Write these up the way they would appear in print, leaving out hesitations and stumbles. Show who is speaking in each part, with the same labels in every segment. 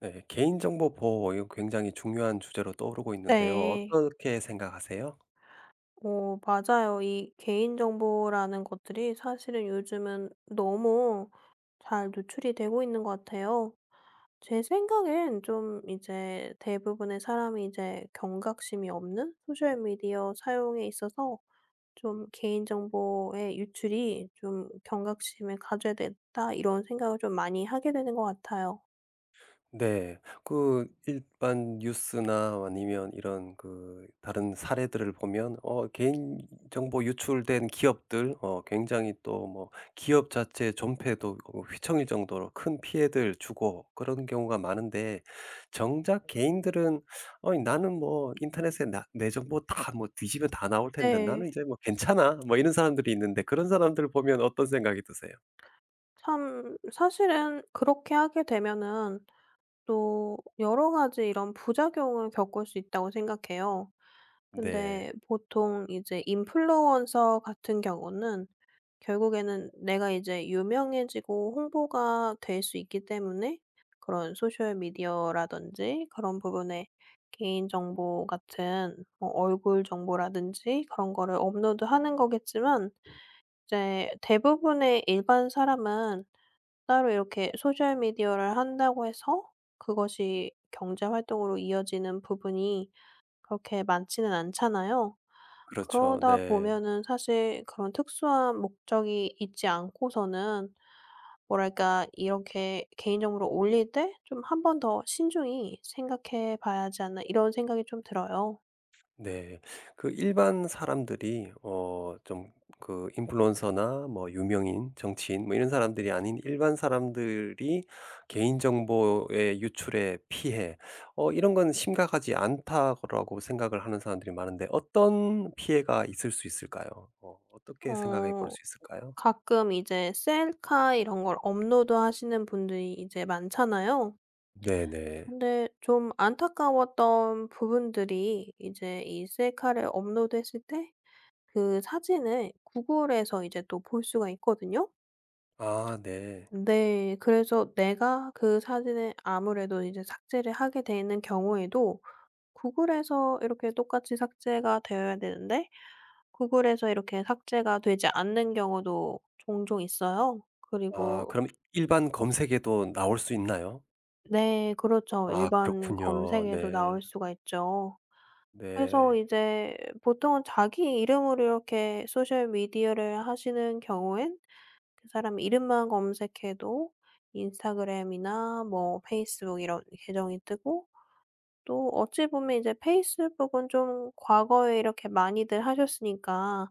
Speaker 1: 네. 개인정보 보호 이거 굉장히 중요한 주제로 떠오르고 있는데요.
Speaker 2: 네.
Speaker 1: 어떻게 생각하세요?
Speaker 2: 맞아요. 이 개인정보라는 것들이 사실은 요즘은 너무 잘 노출이 되고 있는 것 같아요. 제 생각엔 좀 이제 대부분의 사람이 이제 경각심이 없는 소셜 미디어 사용에 있어서 좀 '개인정보의 유출이 좀 경각심을 가져야 된다.' 이런 생각을 좀 많이 하게 되는 것 같아요.
Speaker 1: 네. 그 일반 뉴스나 아니면 이런 그 다른 사례들을 보면 개인 정보 유출된 기업들 굉장히 또 뭐 기업 자체 존폐도 휘청일 정도로 큰 피해들 주고 그런 경우가 많은데 정작 개인들은 나는 뭐 인터넷에 나 내 정보 다 뭐 뒤지면 다 나올 텐데 나는
Speaker 2: 네.
Speaker 1: 이제 뭐 괜찮아.' 뭐 이런 사람들이 있는데 그런 사람들 보면 어떤 생각이 드세요?
Speaker 2: 참 사실은 그렇게 하게 되면은 또 여러 가지 이런 부작용을 겪을 수 있다고 생각해요. 근데
Speaker 1: 네.
Speaker 2: 보통 이제 인플루언서 같은 경우는 결국에는 내가 이제 유명해지고 홍보가 될 수 있기 때문에 그런 소셜 미디어라든지 그런 부분에 개인정보 같은 뭐 얼굴 정보라든지 그런 거를 업로드하는 거겠지만, 이제 대부분의 일반 사람은 따로 이렇게 소셜 미디어를 한다고 해서 그것이 경제 활동으로 이어지는 부분이 그렇게 많지는 않잖아요.
Speaker 1: 그렇죠.
Speaker 2: 그러다
Speaker 1: 네.
Speaker 2: 보면은 사실 그런 특수한 목적이 있지 않고서는, 뭐랄까, 이렇게 개인 정보를 올릴 때 좀 '한 번 더 신중히 생각해 봐야 하지 않나.' 이런 생각이 좀 들어요.
Speaker 1: 네. 그 일반 사람들이 좀 그 인플루언서나 뭐 유명인, 정치인 뭐 이런 사람들이 아닌 일반 사람들이 개인정보의 유출에 피해 이런 건 심각하지 않다고 생각을 하는 사람들이 많은데 어떤 피해가 있을 수 있을까요? 어떻게 생각해 볼
Speaker 2: 어
Speaker 1: 수 있을까요?
Speaker 2: 가끔 이제 셀카 이런 걸 업로드하시는 분들이 이제 많잖아요.
Speaker 1: 네네.
Speaker 2: 근데 좀 안타까웠던 부분들이, 이제 이 셀카를 업로드했을 때 그 사진을 구글에서 이제 또 볼 수가 있거든요.
Speaker 1: 아 네.
Speaker 2: 네. 그래서 내가 그 사진을 아무래도 이제 삭제를 하게 되는 경우에도 구글에서 이렇게 똑같이 삭제가 되어야 되는데 구글에서 이렇게 삭제가 되지 않는 경우도 종종 있어요.
Speaker 1: 아
Speaker 2: 그리고,
Speaker 1: 그럼 일반 검색에도 나올 수 있나요?
Speaker 2: 네. 그렇죠.
Speaker 1: 아
Speaker 2: 일반
Speaker 1: 그렇군요.
Speaker 2: 검색에도
Speaker 1: 네.
Speaker 2: 나올 수가 있죠. 그래서
Speaker 1: 네.
Speaker 2: 이제 보통은 자기 이름으로 이렇게 소셜 미디어를 하시는 경우엔 그 사람 이름만 검색해도 인스타그램이나 뭐 페이스북 이런 계정이 뜨고, 또 어찌 보면 이제 페이스북은 좀 과거에 이렇게 많이들 하셨으니까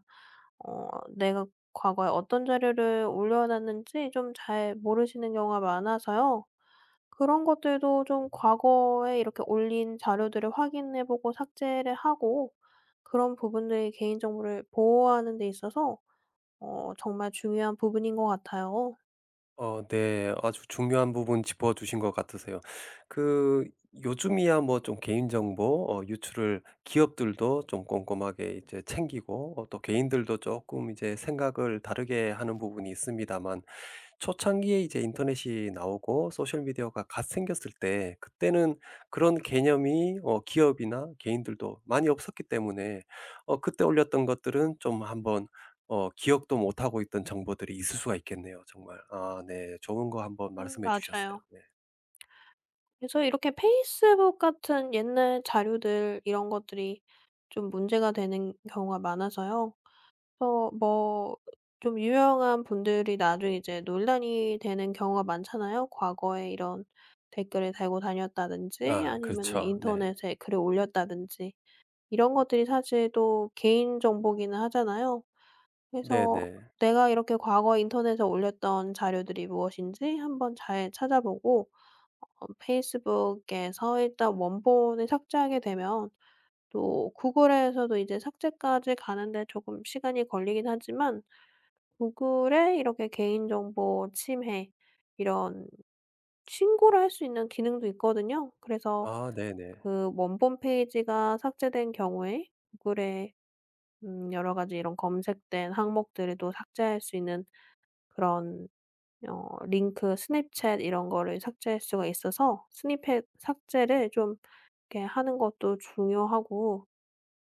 Speaker 2: 어 내가 과거에 어떤 자료를 올려놨는지 좀 잘 모르시는 경우가 많아서요. 그런 것들도 좀 과거에 이렇게 올린 자료들을 확인해 보고 삭제를 하고, 그런 부분들이 개인정보를 보호하는 데 있어서 정말 중요한 부분인 것 같아요.
Speaker 1: 어 네. 아주 중요한 부분 짚어 주신 것 같으세요. 그 요즘이야 뭐 좀 개인 정보 유출을 기업들도 좀 꼼꼼하게 이제 챙기고 또 개인들도 조금 이제 생각을 다르게 하는 부분이 있습니다만 초창기에 이제 인터넷이 나오고 소셜 미디어가 갓 생겼을 때 그때는 그런 개념이 기업이나 개인들도 많이 없었기 때문에 그때 올렸던 것들은 좀 한번 기억도 못 하고 있던 정보들이 있을 수가 있겠네요 정말. 아 네. 좋은 거 한번
Speaker 2: 음,
Speaker 1: 말씀해 주셨어요.
Speaker 2: 맞아요.
Speaker 1: 네.
Speaker 2: 그래서 이렇게 페이스북 같은 옛날 자료들, 이런 것들이 좀 문제가 되는 경우가 많아서요. 뭐 좀 유명한 분들이 나중에 이제 논란이 되는 경우가 많잖아요. 과거에 이런 댓글을 달고 다녔다든지
Speaker 1: 아
Speaker 2: 아니면은
Speaker 1: 그렇죠. 네.
Speaker 2: 인터넷에 글을 올렸다든지, 이런 것들이 사실 또 개인 정보기는 하잖아요. 그래서
Speaker 1: 네네.
Speaker 2: 내가 이렇게 과거 인터넷에 올렸던 자료들이 무엇인지 한번 잘 찾아보고, 페이스북에서 일단 원본을 삭제하게 되면 또 구글에서도 이제 삭제까지 가는데 조금 시간이 걸리긴 하지만, 구글에 이렇게 개인정보 침해 이런 신고를 할 수 있는 기능도 있거든요. 그래서
Speaker 1: 아 네네.
Speaker 2: 그 원본 페이지가 삭제된 경우에 구글에 여러 가지 이런 검색된 항목들을 또 삭제할 수 있는, 그런 링크 스냅챗 이런 거를 삭제할 수가 있어서, 스니펫 삭제를 좀 이렇게 하는 것도 중요하고,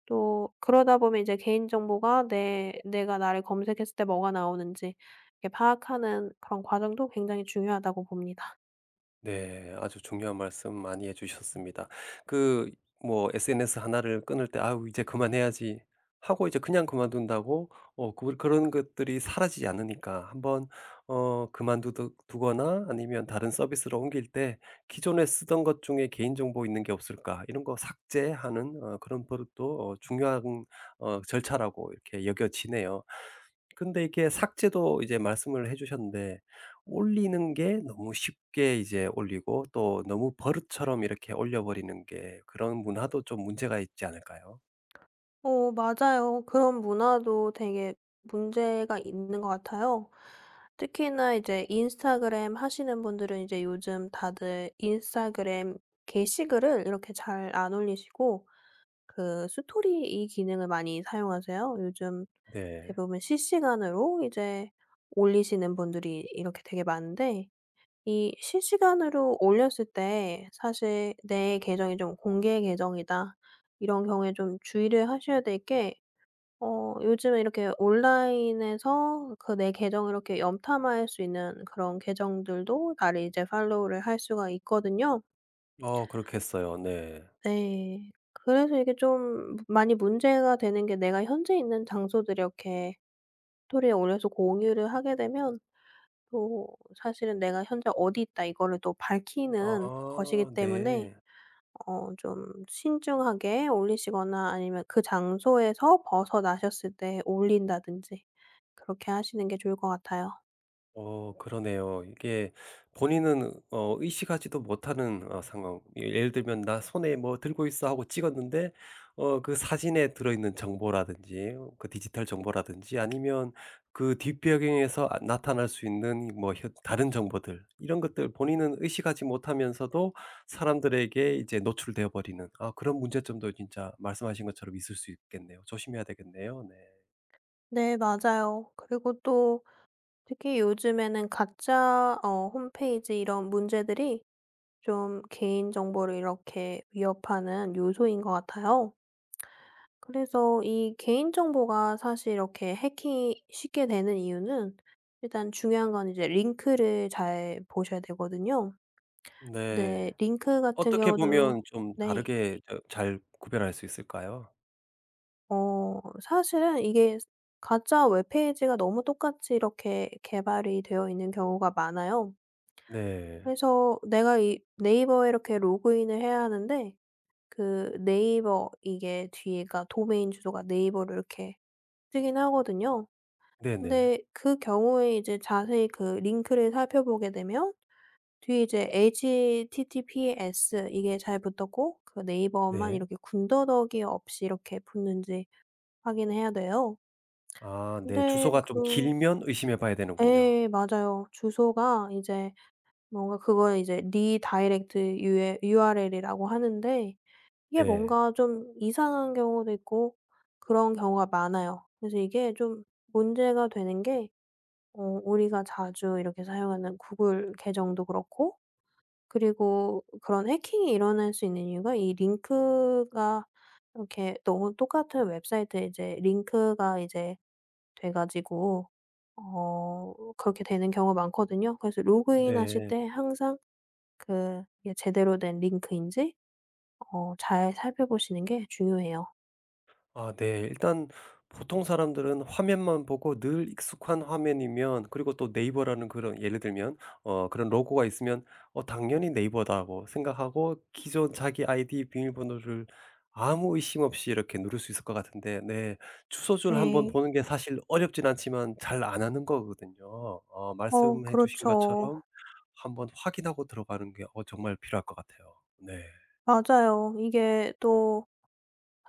Speaker 2: 또 그러다 보면 이제 개인 정보가 내 내가 나를 검색했을 때 뭐가 나오는지 이렇게 파악하는 그런 과정도 굉장히 중요하다고 봅니다.
Speaker 1: 네. 아주 중요한 말씀 많이 해 주셨습니다. 그 뭐 SNS 하나를 끊을 때아 이제 그만해야지.' 하고 이제 그냥 그만둔다고 그 그런 것들이 사라지지 않으니까 한번 어 그만두 두거나 아니면 다른 서비스로 옮길 때 기존에 쓰던 것 중에 '개인정보 있는 게 없을까?' 이런 거 삭제하는 그런 버릇도 중요한 절차라고 이렇게 여겨지네요. 근데 이게 삭제도 이제 말씀을 해 주셨는데 올리는 게 너무 쉽게 이제 올리고 또 너무 버릇처럼 이렇게 올려버리는 게 그런 문화도 좀 문제가 있지 않을까요?
Speaker 2: 맞아요. 그런 문화도 되게 문제가 있는 것 같아요. 특히나 이제 인스타그램 하시는 분들은 이제 요즘 다들 인스타그램 게시글을 이렇게 잘 안 올리시고 그 스토리, 이 기능을 많이 사용하세요. 요즘
Speaker 1: 네.
Speaker 2: 대부분 실시간으로 이제 올리시는 분들이 이렇게 되게 많은데, 이 실시간으로 올렸을 때 사실 '내 계정이 좀 공개 계정이다.' 이런 경우에 좀 주의를 하셔야 될 게, 요즘에 이렇게 온라인에서 그 내 계정을 이렇게 염탐할 수 있는 그런 계정들도 나를 이제 팔로우를 할 수가 있거든요.
Speaker 1: 어 그렇게 했어요. 네.
Speaker 2: 네. 그래서 이게 좀 많이 문제가 되는 게, 내가 현재 있는 장소들 이렇게 스토리에 올려서 공유를 하게 되면 또 사실은 '내가 현재 어디 있다.' 이거를 또 밝히는 것이기
Speaker 1: 아
Speaker 2: 때문에,
Speaker 1: 네.
Speaker 2: 좀 신중하게 올리시거나 아니면 그 장소에서 벗어나셨을 때 올린다든지, 그렇게 하시는 게 좋을 것 같아요.
Speaker 1: 그러네요. 이게 본인은 의식하지도 못하는 상황. 예 예를 들면 '나 손에 뭐 들고 있어.' 하고 찍었는데 그 사진에 들어있는 정보라든지 어, 그 디지털 정보라든지 아니면 그 뒷배경에서 아 나타날 수 있는 뭐 혀 다른 정보들 이런 것들 본인은 의식하지 못하면서도 사람들에게 이제 노출되어 버리는 아 그런 문제점도 진짜 말씀하신 것처럼 있을 수 있겠네요. 조심해야 되겠네요. 네.
Speaker 2: 네, 맞아요. 그리고 또 특히 요즘에는 가짜 홈페이지, 이런 문제들이 좀 개인정보를 이렇게 위협하는 요소인 것 같아요. 그래서 이 개인정보가 사실 이렇게 해킹이 쉽게 되는 이유는, 일단 중요한 건 이제 링크를 잘 보셔야 되거든요. 네.
Speaker 1: 네.
Speaker 2: 링크 같은
Speaker 1: 어떻게
Speaker 2: 경우도,
Speaker 1: 보면 좀
Speaker 2: 네.
Speaker 1: 다르게 저 잘 구별할 수 있을까요?
Speaker 2: 사실은 이게 가짜 웹페이지가 너무 똑같이 이렇게 개발이 되어 있는 경우가 많아요.
Speaker 1: 네.
Speaker 2: 그래서 내가 이 네이버에 이렇게 로그인을 해야 하는데 그 네이버, 이게 뒤에가 도메인 주소가 네이버로 이렇게 뜨긴 하거든요.
Speaker 1: 네네.
Speaker 2: 근데 그 경우에 이제 자세히 그 링크를 살펴보게 되면 뒤에 이제 https 이게 잘 붙었고 그 네이버만
Speaker 1: 네.
Speaker 2: 이렇게 군더더기 없이 이렇게 붙는지 확인해야 돼요.
Speaker 1: 아 네.
Speaker 2: 근데
Speaker 1: 주소가 좀
Speaker 2: 그,
Speaker 1: 길면 의심해 봐야 되는군요.
Speaker 2: 예 맞아요. 주소가 이제 뭔가, 그걸 이제 리다이렉트 유에 URL이라고 하는데 이게
Speaker 1: 네.
Speaker 2: 뭔가 좀 이상한 경우도 있고 그런 경우가 많아요. 그래서 이게 좀 문제가 되는 게, 우리가 자주 이렇게 사용하는 구글 계정도 그렇고, 그리고 그런 해킹이 일어날 수 있는 이유가, 이 링크가 이렇게 너무 똑같은 웹사이트에 이제 링크가 이제 돼 가지고 그렇게 되는 경우가 많거든요. 그래서 로그인 하실
Speaker 1: 네.
Speaker 2: 때 항상 그 이게 제대로 된 링크인지 잘 살펴보시는 게 중요해요.
Speaker 1: 아 네. 일단 보통 사람들은 화면만 보고 늘 익숙한 화면이면 그리고 또 네이버라는 그런 예를 들면 그런 로고가 있으면 '어 당연히 네이버다.'고 생각하고 기존 자기 아이디 비밀번호를 아무 의심 없이 이렇게 누를 수 있을 것 같은데 네 주소지를 한번
Speaker 2: 네.
Speaker 1: 보는 게 사실 어렵진 않지만 잘 안 하는 거거든요.
Speaker 2: 어
Speaker 1: 말씀해 주신
Speaker 2: 그렇죠.
Speaker 1: 것처럼 한번 확인하고 들어가는 게 정말 필요할 것 같아요. 네.
Speaker 2: 맞아요. 이게 또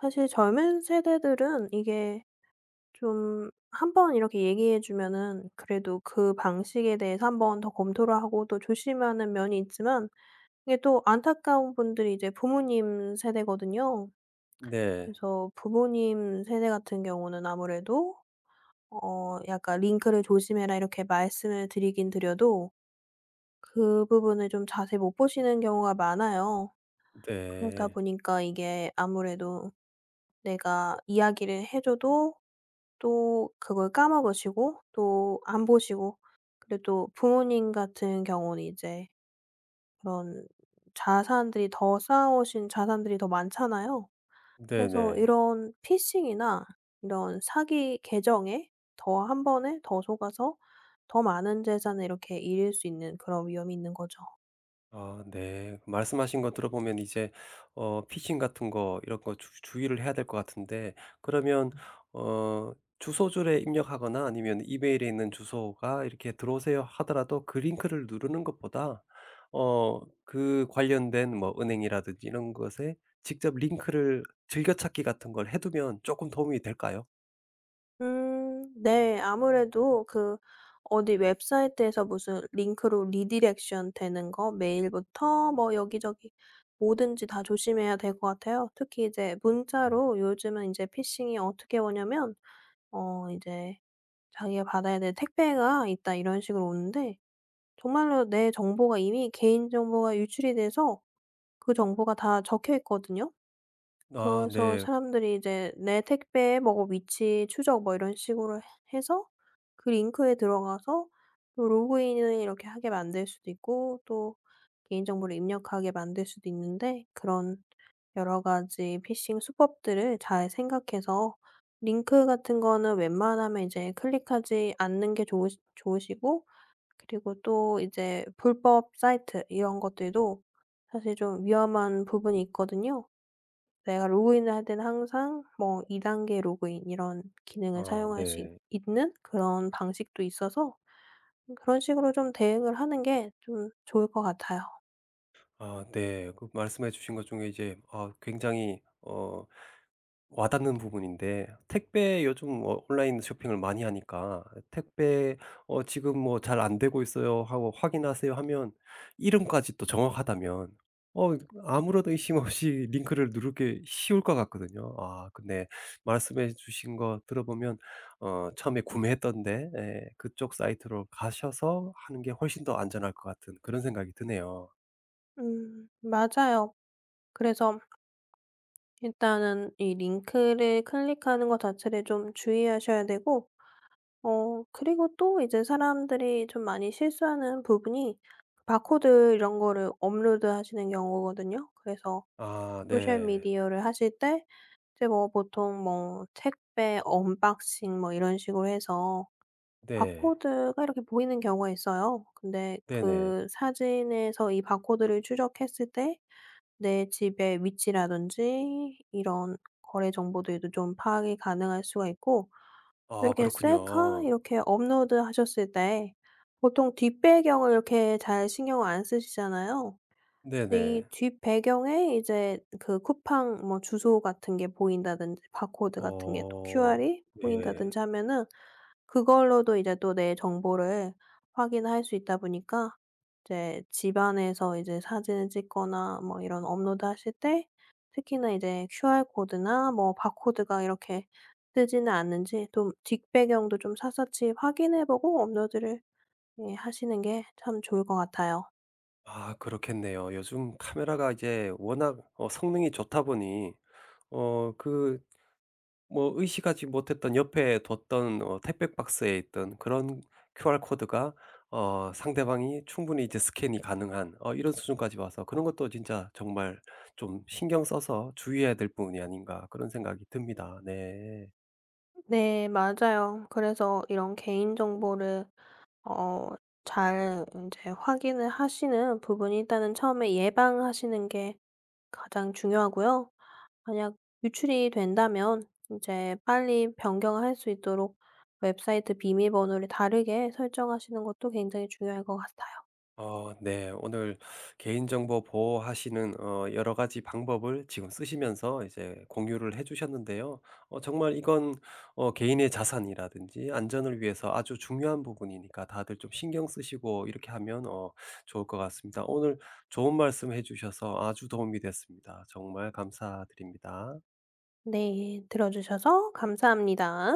Speaker 2: 사실, 젊은 세대들은 이게 좀 한번 이렇게 얘기해 주면은 그래도 그 방식에 대해서 한번 더 검토를 하고 또 조심하는 면이 있지만, 이게 또 안타까운 분들이 이제 부모님 세대거든요.
Speaker 1: 네.
Speaker 2: 그래서 부모님 세대 같은 경우는 아무래도 약간 "링크를 조심해라." 이렇게 말씀을 드리긴 드려도 그 부분을 좀 자세히 못 보시는 경우가 많아요. 그러다
Speaker 1: 네.
Speaker 2: 보니까 이게 아무래도, 내가 이야기를 해 줘도 또 그걸 까먹으시고 또 안 보시고, 그리고 또 부모님 같은 경우는 이제 그런 자산들이, 더 쌓아 오신 자산들이 더 많잖아요. 그래서
Speaker 1: 네네.
Speaker 2: 이런 피싱이나 이런 사기 계정에 더, 한 번에 더 속아서 더 많은 재산을 이렇게 잃을 수 있는 그런 위험이 있는 거죠.
Speaker 1: 아 네. 말씀하신 거 들어보면 이제 피싱 같은 거 이런 거 주 주의를 해야 될 것 같은데 그러면 어 주소줄에 입력하거나 아니면 이메일에 있는 주소가 이렇게 "들어오세요." 하더라도 그 링크를 누르는 것보다 어 그 관련된 뭐 은행이라든지 이런 것에 직접 링크를 즐겨 찾기 같은 걸 해 두면 조금 도움이 될까요?
Speaker 2: 네. 아무래도 그 어디 웹사이트에서 무슨 링크로 리디렉션 되는 거, 메일부터 뭐 여기저기 뭐든지 다 조심해야 될 것 같아요. 특히 이제
Speaker 1: 네.
Speaker 2: 문자로 요즘은 이제 피싱이 어떻게 오냐면, 이제 자기가 받아야 될 "택배가 있다." 이런 식으로 오는데, 정말로 내 정보가, 이미 개인 정보가 유출이 돼서 그 정보가 다 적혀 있거든요.
Speaker 1: 아
Speaker 2: 그래서
Speaker 1: 네.
Speaker 2: 사람들이 이제 내 택배에 뭐 위치 추적 뭐 이런 식으로 해 해서 그 링크에 들어가서 또 로그인을 이렇게 하게 만들 수도 있고, 또 개인정보를 입력하게 만들 수도 있는데, 그런 여러 가지 피싱 수법들을 잘 생각해서 링크 같은 거는 웬만하면 이제 클릭하지 않는 게 좋으시고, 그리고 또 이제 불법 사이트 이런 것들도 사실 좀 위험한 부분이 있거든요. 내가 로그인을 할 때는 항상 뭐 2 단계 로그인 이런 기능을
Speaker 1: 아
Speaker 2: 사용할 수 있
Speaker 1: 네.
Speaker 2: 있는 그런 방식도 있어서, 그런 식으로 좀 대응을 하는 게 좀 좋을 것 같아요.
Speaker 1: 아 네. 그 말씀해 주신 것 중에 이제 아 굉장히 와닿는 부분인데 택배 요즘 온라인 쇼핑을 많이 하니까 택배 "어 지금 뭐 잘 안 되고 있어요." 하고 "확인하세요." 하면 이름까지 또 정확하다면 어 아무런 의심 없이 링크를 누르기 쉬울 것 같거든요. 아 근데 말씀해 주신 거 들어보면 처음에 구매했던데 예 그쪽 사이트로 가셔서 하는 게 훨씬 더 안전할 것 같은 그런 생각이 드네요.
Speaker 2: 음, 맞아요. 그래서 일단은 이 링크를 클릭하는 것 자체를 좀 주의하셔야 되고, 그리고 또 이제 사람들이 좀 많이 실수하는 부분이 바코드 이런 거를 업로드하시는 경우거든요. 그래서
Speaker 1: 아
Speaker 2: 소셜
Speaker 1: 네.
Speaker 2: 미디어를 하실 때 이제 뭐 보통 뭐 택배 언박싱 뭐 이런 식으로 해서
Speaker 1: 네.
Speaker 2: 바코드가 이렇게 보이는 경우가 있어요. 근데
Speaker 1: 네네.
Speaker 2: 그 사진에서 이 바코드를 추적했을 때 내 집의 위치라든지 이런 거래 정보들도 좀 파악이 가능할 수가 있고, 또
Speaker 1: 아
Speaker 2: 이렇게 셀카
Speaker 1: 그렇군요.
Speaker 2: 이렇게 업로드하셨을 때 보통 뒷배경을 이렇게 잘 신경을 안 쓰시잖아요. 이
Speaker 1: 네네.
Speaker 2: 뒷 배경에 이제 그 쿠팡 뭐 주소 같은 게 보인다든지 바코드 같은 게 또
Speaker 1: 어
Speaker 2: QR이
Speaker 1: 네.
Speaker 2: 보인다든지 하면은 그걸로도 이제 또 내 정보를 확인할 수 있다 보니까, 이제 집안에서 이제 사진을 찍거나 뭐 이런 업로드하실 때 특히나 이제 QR 코드나 뭐 바코드가 이렇게 뜨지는 않는지 또 뒷배경도 좀 샅샅이 확인해 보고 업로드를, 예, 하시는 게 참 좋을 것 같아요.
Speaker 1: 아 그렇겠네요. 요즘 카메라가 이제 워낙 성능이 좋다 보니 그 뭐 의식하지 못했던 옆에 뒀던 택배 박스에 있던 그런 QR 코드가 상대방이 충분히 이제 스캔이 가능한 이런 수준까지 와서 그런 것도 진짜 정말 좀 신경 써서 주의해야 될 부분이 아닌가 그런 생각이 듭니다. 네.
Speaker 2: 네, 맞아요. 그래서 이런 개인 정보를 어 잘 이제 확인을 하시는 부분이, 일단은 처음에 예방하시는 게 가장 중요하고요. 만약 유출이 된다면 이제 빨리 변경할 수 있도록 웹사이트 비밀번호를 다르게 설정하시는 것도 굉장히 중요할 것 같아요.
Speaker 1: 어, 네. 오늘 개인정보 보호하시는 어, 여러 가지 방법을 지금 쓰시면서 이제 공유를 해주셨는데요. 어, 정말 이건 어, 개인의 자산이라든지 안전을 위해서 아주 중요한 부분이니까 다들 좀 신경 쓰시고 이렇게 하면 어, 좋을 것 같습니다. 오늘 좋은 말씀 해주셔서 아주 도움이 됐습니다. 정말 감사드립니다.
Speaker 2: 네. 들어 주셔서 감사합니다.